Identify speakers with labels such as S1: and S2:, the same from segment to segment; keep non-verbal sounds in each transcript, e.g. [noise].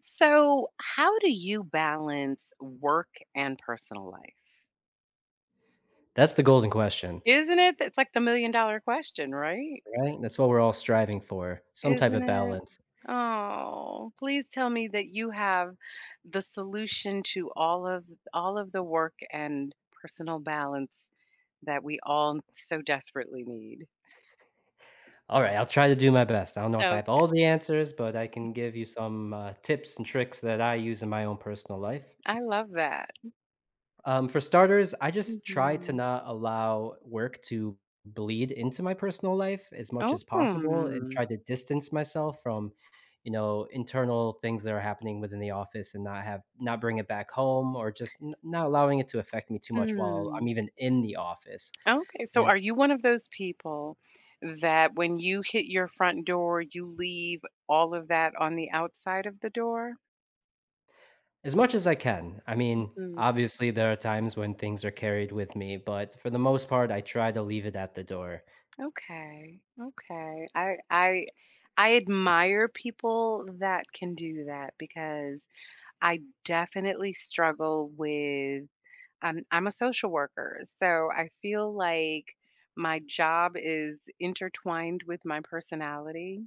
S1: So, how do you balance work and personal life?
S2: That's the golden question,
S1: Isn't it? It's like the million-dollar question, right?
S2: right? That's what we're all striving for, some type
S1: Isn't
S2: of
S1: it?
S2: balance.
S1: Oh, please tell me that you have the solution to all of the work and personal balance that we all so desperately need.
S2: All right, I'll try to do my best. I don't know if I
S1: Oh,
S2: have all the answers, but I can give you some, tips and tricks that I use in my own personal life.
S1: I love that.
S2: For starters, I just try to
S1: Mhm.
S2: not allow work to bleed into my personal life as much
S1: Oh,
S2: as possible and
S1: hmm.
S2: try to distance myself from, you know, internal things that are happening within the office and not bring it back home or just n not allowing it to affect me too much while I'm even in the office.
S1: Okay, so are you one of those people that when you hit your front door, you leave all of that on the outside of the door?
S2: As much as I can. I mean,
S1: Mm,
S2: obviously, there are times when things are carried with me, but for the most part, I try to leave it at the door.
S1: okay, okay. I I admire people that can do that because I definitely struggle with I'm a social worker, so I feel like my job is intertwined with my personality.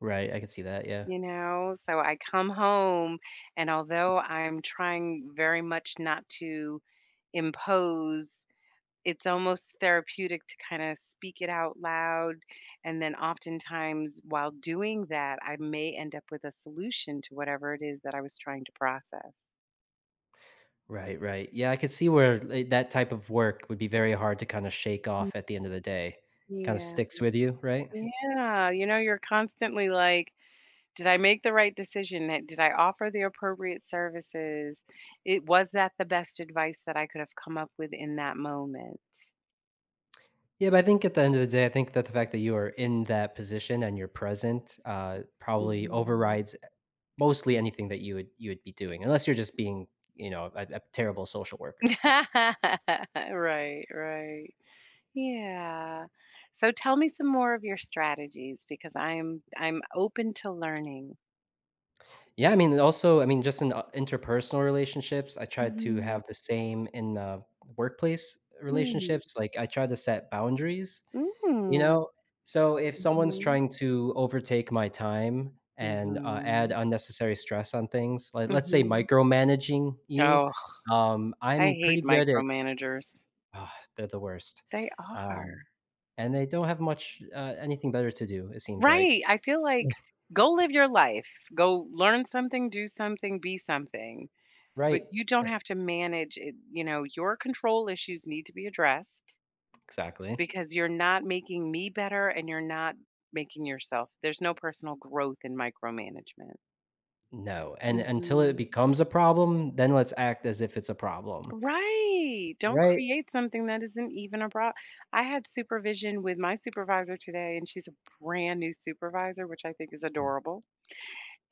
S2: Right, I could see that, yeah.
S1: You know, so I come home, and although I'm trying very much not to impose, it's almost therapeutic to kind of speak it out loud. And then oftentimes, while doing that, I may end up with a solution to whatever it is that I was trying to process.
S2: Right, right. Yeah, I could see where, like, that type of work would be very hard to kinda shake
S1: Mm.
S2: off at the end of the day. Kinda
S1: Yeah.
S2: sticks with you, right?
S1: Yeah. You know, you're constantly like, did I make the right decision? That Did I offer the appropriate services? It was that the best advice that I could have come up with in that moment?
S2: Yeah, but I think at the end of the day, I think that the fact that you are in that position and you're present, probably
S1: Mhm.
S2: overrides mostly anything that you would be doing, unless you're just being, you know, a terrible social worker.
S1: [laughs] Right, right. Yeah. So tell me some more of your strategies because I'm open to learning.
S2: Yeah, I mean, and also, I mean, just in interpersonal relationships, I tried to
S1: Mhm.
S2: have the same in, workplace
S1: Mm.
S2: relationships, like, I try to set boundaries, you
S1: Mm.
S2: know? So if someone's
S1: Mhm.
S2: trying to overtake my time and, add
S1: Mhm.
S2: unnecessary stress on things, like, let's say
S1: Mhm.
S2: micromanaging you,
S1: Oh, I
S2: I'm pretty
S1: hate
S2: good at
S1: micromanagers.
S2: ah, they're the worst.
S1: They
S2: Um,
S1: are.
S2: and they don't have much, anything better to do, it seems like.
S1: Right. I feel like
S2: [laughs]
S1: go live your life. Go learn something, do something, be something. But
S2: Right.
S1: you don't
S2: E
S1: have to manage it. You know, your control issues need to be addressed
S2: Exactly.
S1: because you're not making me better and you're not making yourself. There's no personal growth in micromanagement.
S2: No, and until it
S1: Hmm.
S2: becomes a problem, then let's act as if it's a problem,
S1: Right. Don't
S2: right?
S1: create something that isn't even a problem. I had supervision with my supervisor today, and she's a brand new supervisor, which I think is
S2: Mhm.
S1: adorable.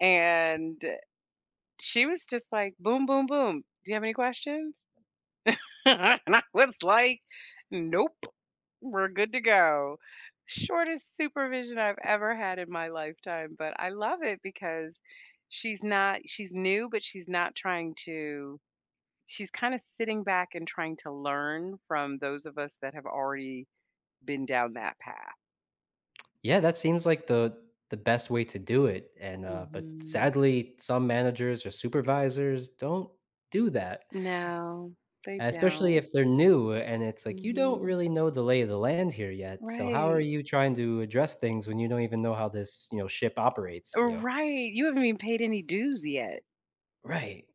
S1: And she was just like, "Boom, boom, boom. Do you have any questions?" [laughs] And I was like, "Nope, we're good to go." Shortest supervision I've ever had in my lifetime, but I love it because she's new, but she's not trying to she's kind of sitting back and trying to learn from those of us that have already been down that path.
S2: Yeah, that seems like the best way to do it, and but
S1: Mhm.
S2: sadly, some managers or supervisors don't do that,
S1: No, they
S2: especially
S1: don't.
S2: if they're new. And it's like you don't
S1: Mhm.
S2: really know the lay of the land here yet. So how are
S1: Right.
S2: you trying to address things when you don't even know how this, you know, ship operates? You know,
S1: Right. You haven't even paid any dues yet.
S2: right?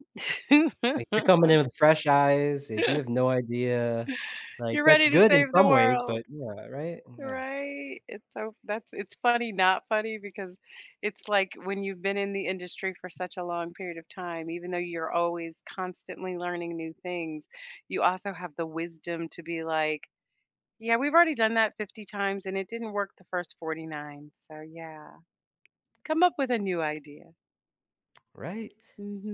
S2: Like
S1: [laughs]
S2: you're coming in with fresh eyes, like you have no idea. Like
S1: You're
S2: that's
S1: ready to
S2: good in
S1: save the
S2: some ways,
S1: world,
S2: but yeah, right? Yeah.
S1: right? It's so that's It's funny, not funny, because it's like when you've been in the industry for such a long period of time, even though you're always constantly learning new things, you also have the wisdom to be like, "Yeah, we've already done that 50 times and it didn't work the first 49." So, yeah, come up with a new idea.
S2: Right?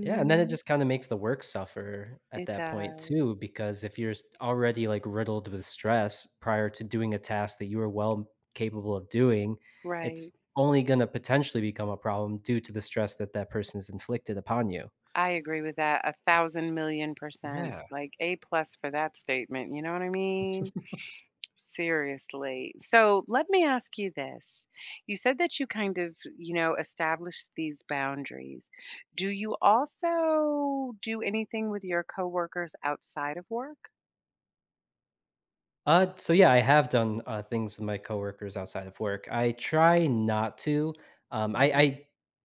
S2: Yeah, and then it just kinda makes the work suffer at
S1: It
S2: that point
S1: does,
S2: too, because if you're s already, like, riddled with stress prior to doing a task that you are well capable of doing, it's
S1: right.
S2: only gonna potentially become a problem due to the stress that that person has inflicted upon you.
S1: I agree with that a thousand million percent.
S2: Yeah.
S1: Like A plus for that statement. You know what I mean? Seriously. So let me ask you this. You said that you kind of, you know, established these boundaries. Do you also do anything with your coworkers outside of work?
S2: So yeah, I have done things with my coworkers outside of work. I try not to. Um, I,
S1: Mhm.
S2: I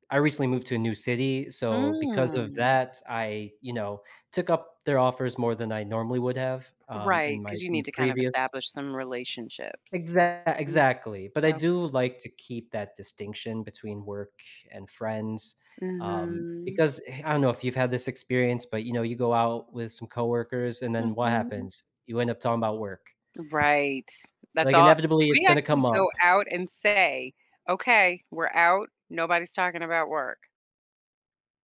S2: I recently moved to a new city, so because of
S1: Mm.
S2: that, I, you know, took up their offers more than I normally would have,
S1: Right,
S2: in my
S1: because you
S2: in
S1: need
S2: the
S1: to kind of
S2: previous.
S1: establish some relationships.
S2: Exactly,
S1: Mm,
S2: exactly. But I
S1: okay.
S2: do like to keep that distinction between work and friends,
S1: Mm-hmm.
S2: because I don't know if you've had this experience, but you know, you go out with some coworkers, and then what happens? You end up talking about work
S1: Right. That's
S2: like,
S1: all,
S2: inevitably, it's
S1: we
S2: gonna
S1: actually
S2: come up,
S1: go out and say, "Okay, we're out. Nobody's talking about work."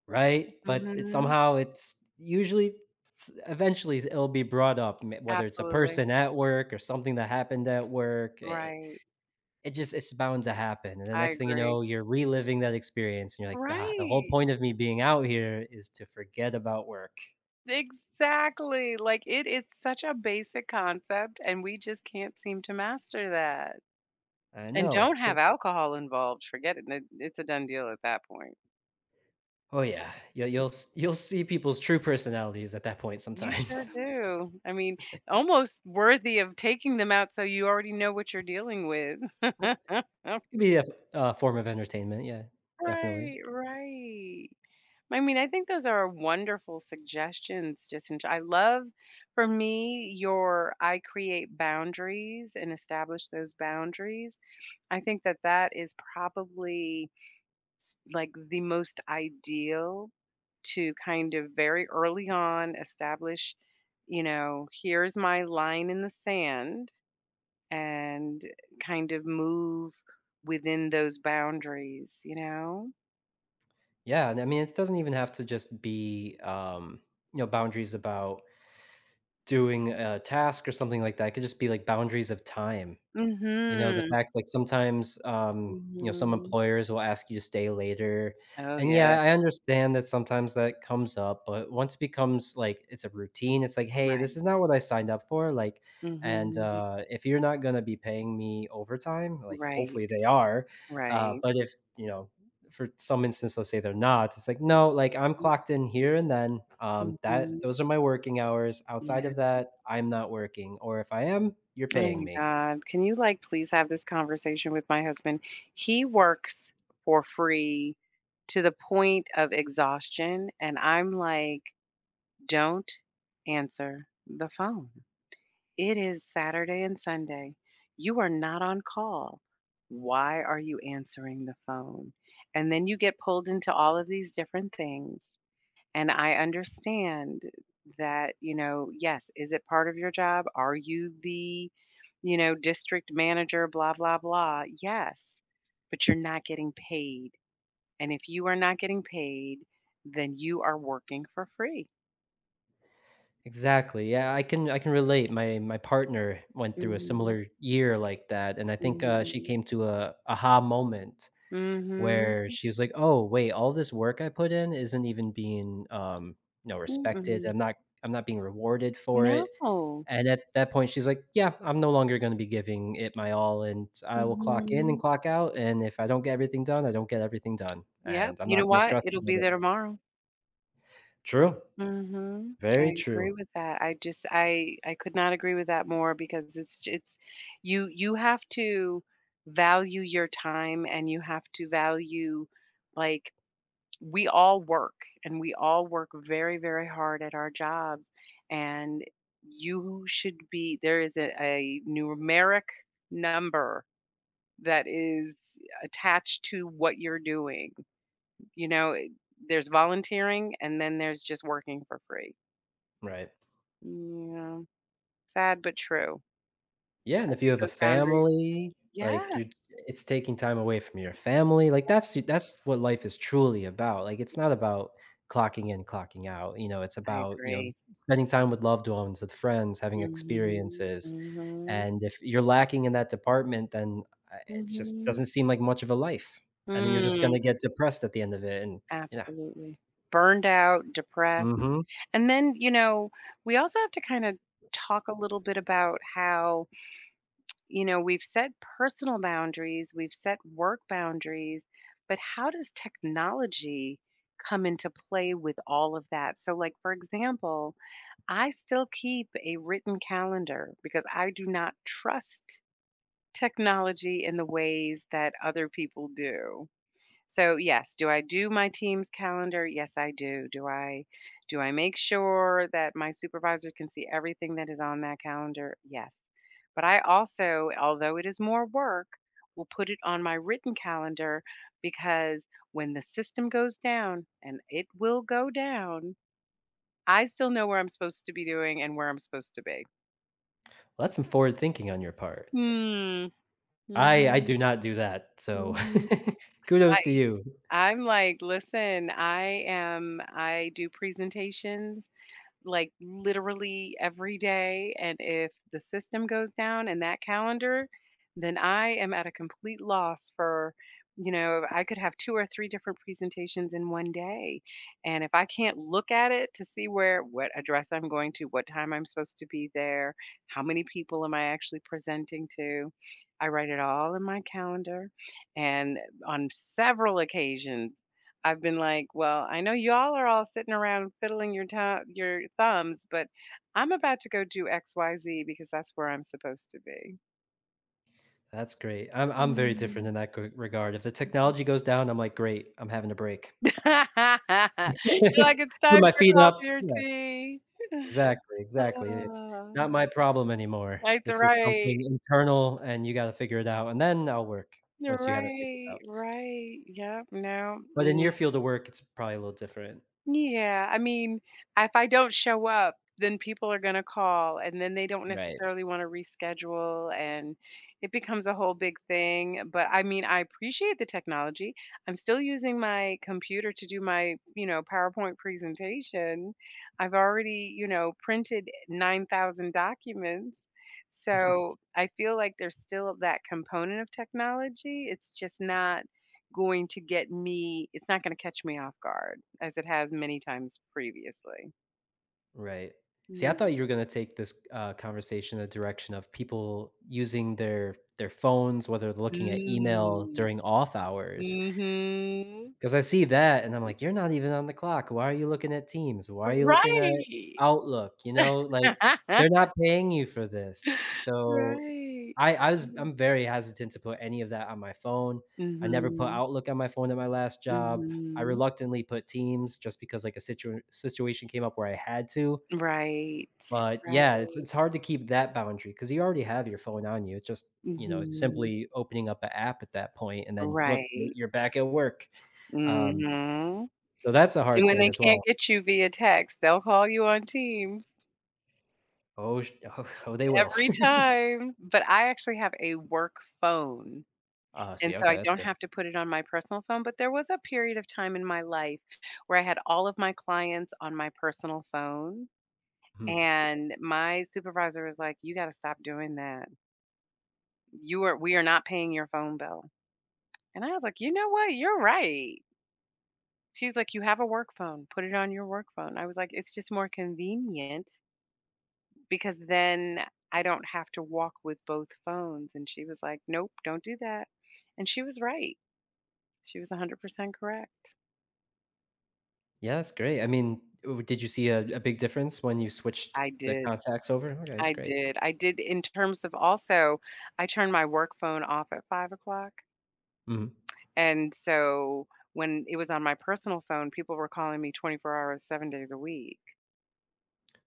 S2: right? But it's
S1: Mhm.
S2: somehow it's usually it's eventually it'll be brought up, m whether it's a
S1: Absolutely.
S2: person at work or something that happened at work. It
S1: Right.
S2: it just it's bound to happen, and the
S1: I
S2: next thing you
S1: agree.
S2: know, you're reliving that experience, and you're like, "Ah, the whole
S1: Right.
S2: point of me being out here is to forget about work."
S1: Exactly. Like, it is such a basic concept, and we just can't seem to master that.
S2: I
S1: And
S2: know,
S1: don't
S2: so
S1: have alcohol involved. Forget it. It's a done deal at that point.
S2: Oh, yeah. You'll see people's true personalities at that point
S1: You sure
S2: sometimes. [laughs]
S1: do. I mean, almost worthy of taking them out so you already know what you're dealing with. [laughs]
S2: It could be a form of entertainment, yeah, definitely.
S1: Right, right. I mean, I think those are wonderful suggestions, just in I love for me your I create boundaries and establish those boundaries. I think that that is probably like the most ideal to kind of very early on establish, you know, here's my line in the sand and kind of move within those boundaries, you know?
S2: Yeah, and I mean, it doesn't even have to just be, you know, boundaries about doing a task or something like that. It could just be like boundaries of time. You know, the
S1: Mhm.
S2: fact, like, sometimes, you know, some
S1: Mhm.
S2: employers will ask you to stay later,
S1: Oh,
S2: and,
S1: yeah.
S2: yeah, I understand that sometimes that comes up, but once it becomes, like, it's a routine, it's like, "Hey,
S1: Right.
S2: this is not what I signed up for," like, and,
S1: Mhm.
S2: if you're not gonna be paying me overtime, like,
S1: Right,
S2: hopefully they are,
S1: right.
S2: but if, you know, for some instance, let's say they're not, it's like,
S1: Mhm.
S2: "No, like, I'm clocked in here and then, that
S1: Mhm.
S2: those are my working hours, outside
S1: Yeah.
S2: of that, I'm not working, or if I am, you're
S1: Oh
S2: paying
S1: my
S2: me."
S1: god. Can you, like, please have this conversation with my husband? He works for free to the point of exhaustion, and I'm like, "Don't answer the phone. It is Saturday and Sunday. You are not on call. Why are you answering the phone?" And then you get pulled into all of these different things. And I understand that, you know, yes, is it part of your job? Are you the, you know, district manager, blah, blah, blah? Yes, but you're not getting paid. And if you are not getting paid, then you are working for free.
S2: Exactly. Yeah, I can relate. My partner went through a
S1: Mm.
S2: similar year like that, and I think she
S1: Mhm,
S2: came to a aha moment
S1: mhm,
S2: where she was like, "Oh, wait, all this work I put in isn't even being, you know,
S1: mhm,
S2: respected.
S1: mm-mm.
S2: I'm not being rewarded for it."
S1: No.
S2: And at that point, she's like, "Yeah, I'm no longer going to be giving it my all, and I will clock in and
S1: Mhm.
S2: clock out. And if I don't get everything done, I don't get everything done,
S1: Yep.
S2: and I'm
S1: You know
S2: not going to
S1: what?
S2: stress
S1: It'll
S2: about
S1: be
S2: it."
S1: there tomorrow.
S2: True.
S1: Mhm. I
S2: Very
S1: agree
S2: true.
S1: with that. I just I could not agree with that more because it's you have to value your time and you have to value, like, we all work and we all work very, very hard at our jobs, and you should be there is a numeric number that is attached to what you're doing. You know, there's volunteering and then there's just working for free.
S2: Right.
S1: Yeah, sad but true.
S2: Yeah, and
S1: I
S2: if you
S1: think
S2: have a
S1: those boundaries,
S2: family, like,
S1: yes,
S2: you it's taking time away from your family, like, that's what life is truly about, like, it's not about clocking in, clocking out, you know, it's
S1: I
S2: about, you know,
S1: agree.
S2: spending time with loved ones, with friends, having
S1: Mhm,
S2: experiences,
S1: mhm,
S2: and if you're lacking in that department, then, it just
S1: mhm.
S2: doesn't seem like much of a life, and then you're just
S1: Mm,
S2: gonna get depressed at the end of it, and yeah.
S1: absolutely. Burned out,
S2: Mhm.
S1: depressed,
S2: Well,
S1: and then, you know, we also have to kinda talk a little bit about how, you know, we've set personal boundaries, we've set work boundaries, but how does technology come into play with all of that? So, like, for example, I still keep a written calendar because I do not trust technology in the ways that other people do. So, yes, do I do my team's calendar? Yes, I do. Do I make sure that my supervisor can see everything that is on that calendar? Yes. But I also, although it is more work, will put it on my written calendar because when the system goes down, and it will go down, I still know where I'm supposed to be doing and where I'm supposed to be.
S2: that's some forward thinking on your part.
S1: Mm.
S2: I
S1: Mhm.
S2: do not do that, so
S1: Mhm.
S2: [laughs] kudos
S1: I
S2: to you.
S1: I'm like, "Listen, I do presentations, like, literally every day. And if the system goes down in that calendar, then I am at a complete loss for, you know, I could have two or three different presentations in one day. And if I can't look at it to see where, what address I'm going to, what time I'm supposed to be there, how many people am I actually presenting to, I write it all in my calendar. And on several occasions, I've been like, well, I know y'all are all sitting around fiddling your tongue, your thumbs, but I'm about to go do X, Y, Z because that's where I'm supposed to be."
S2: That's great. I'm very different
S1: Mm.
S2: in that g regard. If the technology goes down, I'm like, "Great, I'm having a break."
S1: [laughs] You're like, it's
S2: [laughs] Put
S1: time
S2: my
S1: for
S2: feet up.
S1: coffee or
S2: Yeah,
S1: tea.
S2: exactly, exactly. It's
S1: Ah,
S2: not my problem anymore.
S1: that's
S2: This is
S1: right.
S2: something internal, and you gotta figure it out, and then I'll work
S1: You're
S2: once you have it figured
S1: right.
S2: out.
S1: Right. Yep. No.
S2: But in
S1: Mm.
S2: your field of work, it's probably a little different.
S1: Yeah, I mean, if I don't show up, then people are gonna call, and then they don't
S2: Right.
S1: necessarily want to reschedule, and it becomes a whole big thing. But I mean, I appreciate the technology. I'm still using my computer to do my, you know, PowerPoint presentation. I've already, you know, printed 9,000 documents.
S2: [laughs]
S1: So I feel like there's still that component of technology. It's just not going to get me it's not gonna catch me off guard as it has many times previously.
S2: Right. See, I
S1: Mm.
S2: thought you were gonna take this, conversation in the direction of people using their phones, whether they're looking at email
S1: Mm.
S2: during off hours,
S1: Mhm.
S2: because I see that and I'm like, "You're not even on the clock. Why are you looking at Teams? Why are you looking at
S1: Right.
S2: Outlook?" You know, like, they're
S1: [laughs]
S2: not paying you for this. So,
S1: Right. Mhm.
S2: I'm very hesitant to put any of that on my phone. I never put
S1: Mhm.
S2: Outlook on my phone at my last job. I
S1: Mhm.
S2: reluctantly put Teams just because, like, a situation came up where I had to,
S1: Right.
S2: but yeah,
S1: Right.
S2: it's hard to keep that boundary because you already have your phone on you. It's just, you know,
S1: Mhm.
S2: simply opening up an app at that point, and then look, you're
S1: Right.
S2: you're back at work. Um,
S1: Mhm.
S2: so that's a
S1: And
S2: hard
S1: when
S2: thing
S1: they
S2: as
S1: can't
S2: well.
S1: get you via text, they'll call you on Teams
S2: Oh, sh [laughs] oh, oh, they will.
S1: every
S2: [laughs]
S1: time. But I actually have a work phone.
S2: Oh,
S1: And
S2: see,
S1: so
S2: okay,
S1: I
S2: that's
S1: don't
S2: good.
S1: have to put it on my personal phone, but there was a period of time in my life where I had all of my clients on my personal phone,
S2: Mhm.
S1: and my supervisor was like, "You gotta stop doing that. You are We are not paying your phone bill." And I was like, "You know what? You're right." She was like, "You have a work phone. Put it on your work phone." I was like, "It's just more convenient because then I don't have to walk with both phones." And she was like, "Nope, don't do that." And she was right. She was 100% correct.
S2: Yeah, that's great. I mean, w did you see a big difference when you switched
S1: I
S2: the
S1: did.
S2: contacts over? Okay, that's great.
S1: I did in terms of also I turned my work phone off at 5 o'clock,
S2: Mhm.
S1: and so when it was on my personal phone, people were calling me 24 hours, 7 days a week.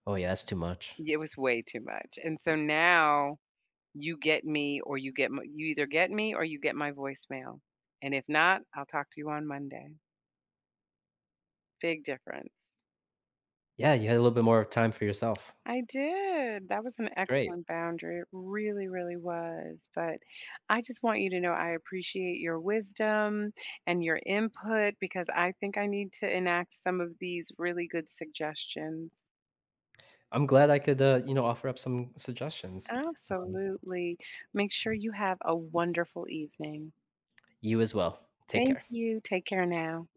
S2: Oh, yeah, that's too much.
S1: It was way too much, and so now you get me or you either get me or you get my voicemail, and if not, I'll talk to you on Monday. Big difference.
S2: Yeah, you had a little bit more time for yourself.
S1: I did. That was an
S2: Great.
S1: excellent boundary. It really, really was. But I just want you to know I appreciate your wisdom and your input because I think I need to enact some of these really good suggestions.
S2: I'm glad I could, you know, offer up some suggestions. Um,
S1: Absolutely. Make sure you have a wonderful evening.
S2: you as well. Take
S1: Thank
S2: care.
S1: you. Take care now.